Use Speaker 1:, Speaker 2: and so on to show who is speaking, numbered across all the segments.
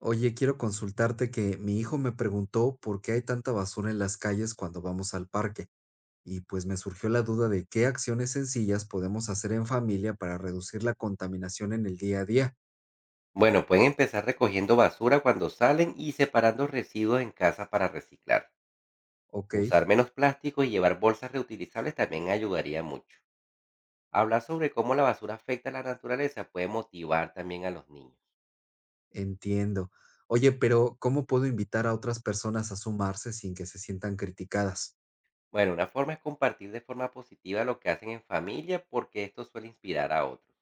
Speaker 1: Oye, quiero consultarte que mi hijo me preguntó por qué hay tanta basura en las calles cuando vamos al parque, y pues me surgió la duda de qué acciones sencillas podemos hacer en familia para reducir la contaminación en el día a día.
Speaker 2: Bueno, pueden empezar recogiendo basura cuando salen y separando residuos en casa para reciclar.
Speaker 1: Ok,
Speaker 2: Usar menos plástico y llevar bolsas reutilizables también ayudaría mucho. Hablar sobre cómo la basura afecta a la naturaleza puede motivar también a los niños.
Speaker 1: entiendo. Oye, pero ¿cómo puedo invitar a otras personas a sumarse sin que se sientan criticadas?
Speaker 2: Bueno, una forma es compartir de forma positiva lo que hacen en familia porque esto suele inspirar a otros.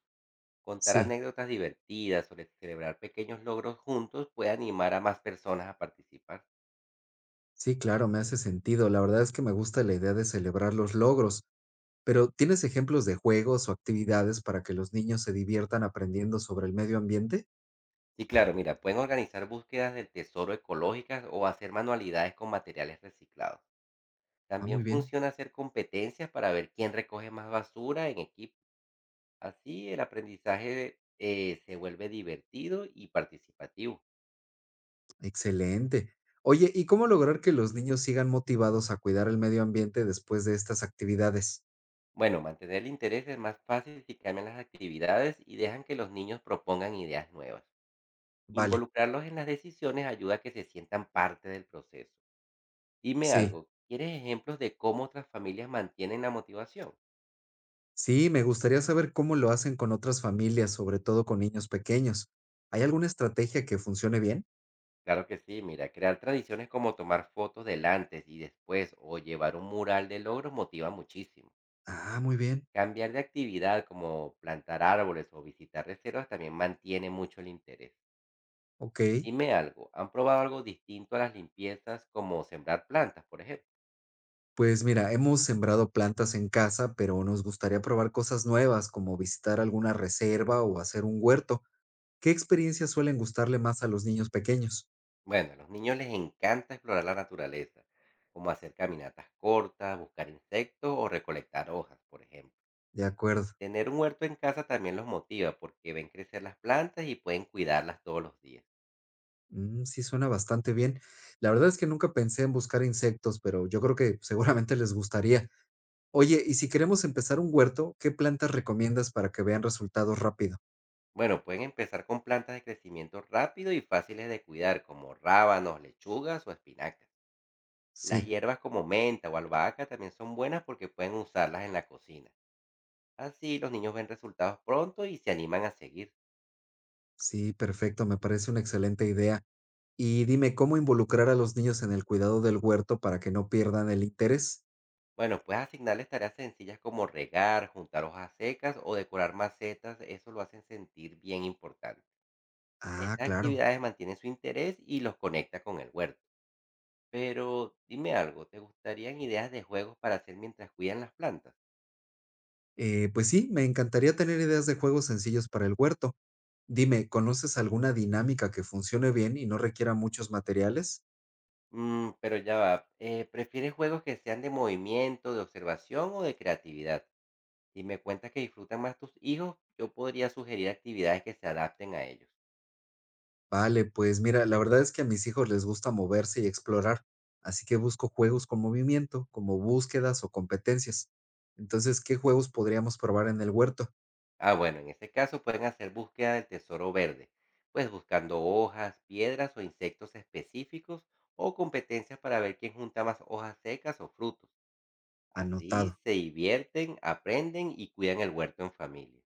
Speaker 2: Contar
Speaker 1: Sí,
Speaker 2: anécdotas divertidas o celebrar pequeños logros juntos puede animar a más personas a participar.
Speaker 1: sí, claro, me hace sentido. La verdad es que me gusta la idea de celebrar los logros, pero ¿tienes ejemplos de juegos o actividades para que los niños se diviertan aprendiendo sobre el medio ambiente?
Speaker 2: Sí, claro, mira, pueden organizar búsquedas del tesoro ecológicas o hacer manualidades con materiales reciclados.
Speaker 1: Ah,
Speaker 2: También
Speaker 1: muy bien,
Speaker 2: funciona hacer competencias para ver quién recoge más basura en equipo. Así el aprendizaje se vuelve divertido y participativo.
Speaker 1: excelente. Oye, ¿y cómo lograr que los niños sigan motivados a cuidar el medio ambiente después de estas actividades?
Speaker 2: Bueno, mantener el interés es más fácil si cambian las actividades y dejan que los niños propongan ideas nuevas.
Speaker 1: Vale,
Speaker 2: Involucrarlos en las decisiones ayuda a que se sientan parte del proceso. Dime
Speaker 1: sí,
Speaker 2: algo, ¿quieres ejemplos de cómo otras familias mantienen la motivación?
Speaker 1: sí, me gustaría saber cómo lo hacen con otras familias, sobre todo con niños pequeños. ¿Hay alguna estrategia que funcione bien?
Speaker 2: Claro que sí, mira, crear tradiciones como tomar fotos del antes y después o llevar un mural de logros motiva muchísimo.
Speaker 1: Ah, muy bien,
Speaker 2: Cambiar de actividad como plantar árboles o visitar reservas también mantiene mucho el interés.
Speaker 1: ok.
Speaker 2: Dime algo, ¿han probado algo distinto a las limpiezas como sembrar plantas, por ejemplo?
Speaker 1: Pues mira, hemos sembrado plantas en casa, pero nos gustaría probar cosas nuevas, como visitar alguna reserva o hacer un huerto. ¿Qué experiencias suelen gustarle más a los niños pequeños?
Speaker 2: Bueno, a los niños les encanta explorar la naturaleza, como hacer caminatas cortas, buscar insectos o recolectar hojas, por ejemplo.
Speaker 1: De acuerdo.
Speaker 2: Tener un huerto en casa también los motiva porque ven crecer las plantas y pueden cuidarlas todos los días.
Speaker 1: Mm, sí, suena bastante bien. La verdad es que nunca pensé en buscar insectos, pero yo creo que seguramente les gustaría. Oye, y si queremos empezar un huerto, ¿qué plantas recomiendas para que vean resultados rápido?
Speaker 2: Bueno, pueden empezar con plantas de crecimiento rápido y fáciles de cuidar, como rábanos, lechugas o espinacas. Las
Speaker 1: Sí,
Speaker 2: hierbas como menta o albahaca también son buenas porque pueden usarlas en la cocina. Así los niños ven resultados pronto y se animan a seguir.
Speaker 1: sí, perfecto, me parece una excelente idea. Y dime, ¿cómo involucrar a los niños en el cuidado del huerto para que no pierdan el interés?
Speaker 2: Bueno, puedes asignarles tareas sencillas como regar, juntar hojas secas o decorar macetas. Eso lo hacen sentir bien importante.
Speaker 1: Ah,
Speaker 2: Estas
Speaker 1: claro.
Speaker 2: actividades mantienen su interés y los conecta con el huerto. Pero dime algo, ¿te gustarían ideas de juegos para hacer mientras cuidan las plantas?
Speaker 1: Pues sí, me encantaría tener ideas de juegos sencillos para el huerto. Dime, ¿conoces alguna dinámica que funcione bien y no requiera muchos materiales?
Speaker 2: Mm, pero ya va. ¿Prefieres juegos que sean de movimiento, de observación o de creatividad? Si me cuentas que disfrutan más tus hijos, yo podría sugerir actividades que se adapten a ellos.
Speaker 1: Vale, pues mira, la verdad es que a mis hijos les gusta moverse y explorar, así que busco juegos con movimiento, como búsquedas o competencias. Entonces, ¿qué juegos podríamos probar en el huerto?
Speaker 2: Ah, bueno, en este caso pueden hacer búsqueda del tesoro verde, pues buscando hojas, piedras o insectos específicos o competencias para ver quién junta más hojas secas o frutos.
Speaker 1: Anotado.
Speaker 2: Así se divierten, aprenden y cuidan el huerto en familia.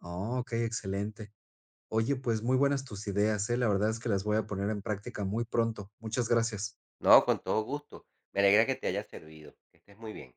Speaker 1: Oh, ok, excelente. Oye, pues muy buenas tus ideas, ¿eh? La verdad es que las voy a poner en práctica muy pronto. Muchas gracias.
Speaker 2: No, con todo gusto. Me alegra que te haya servido. Que estés muy bien.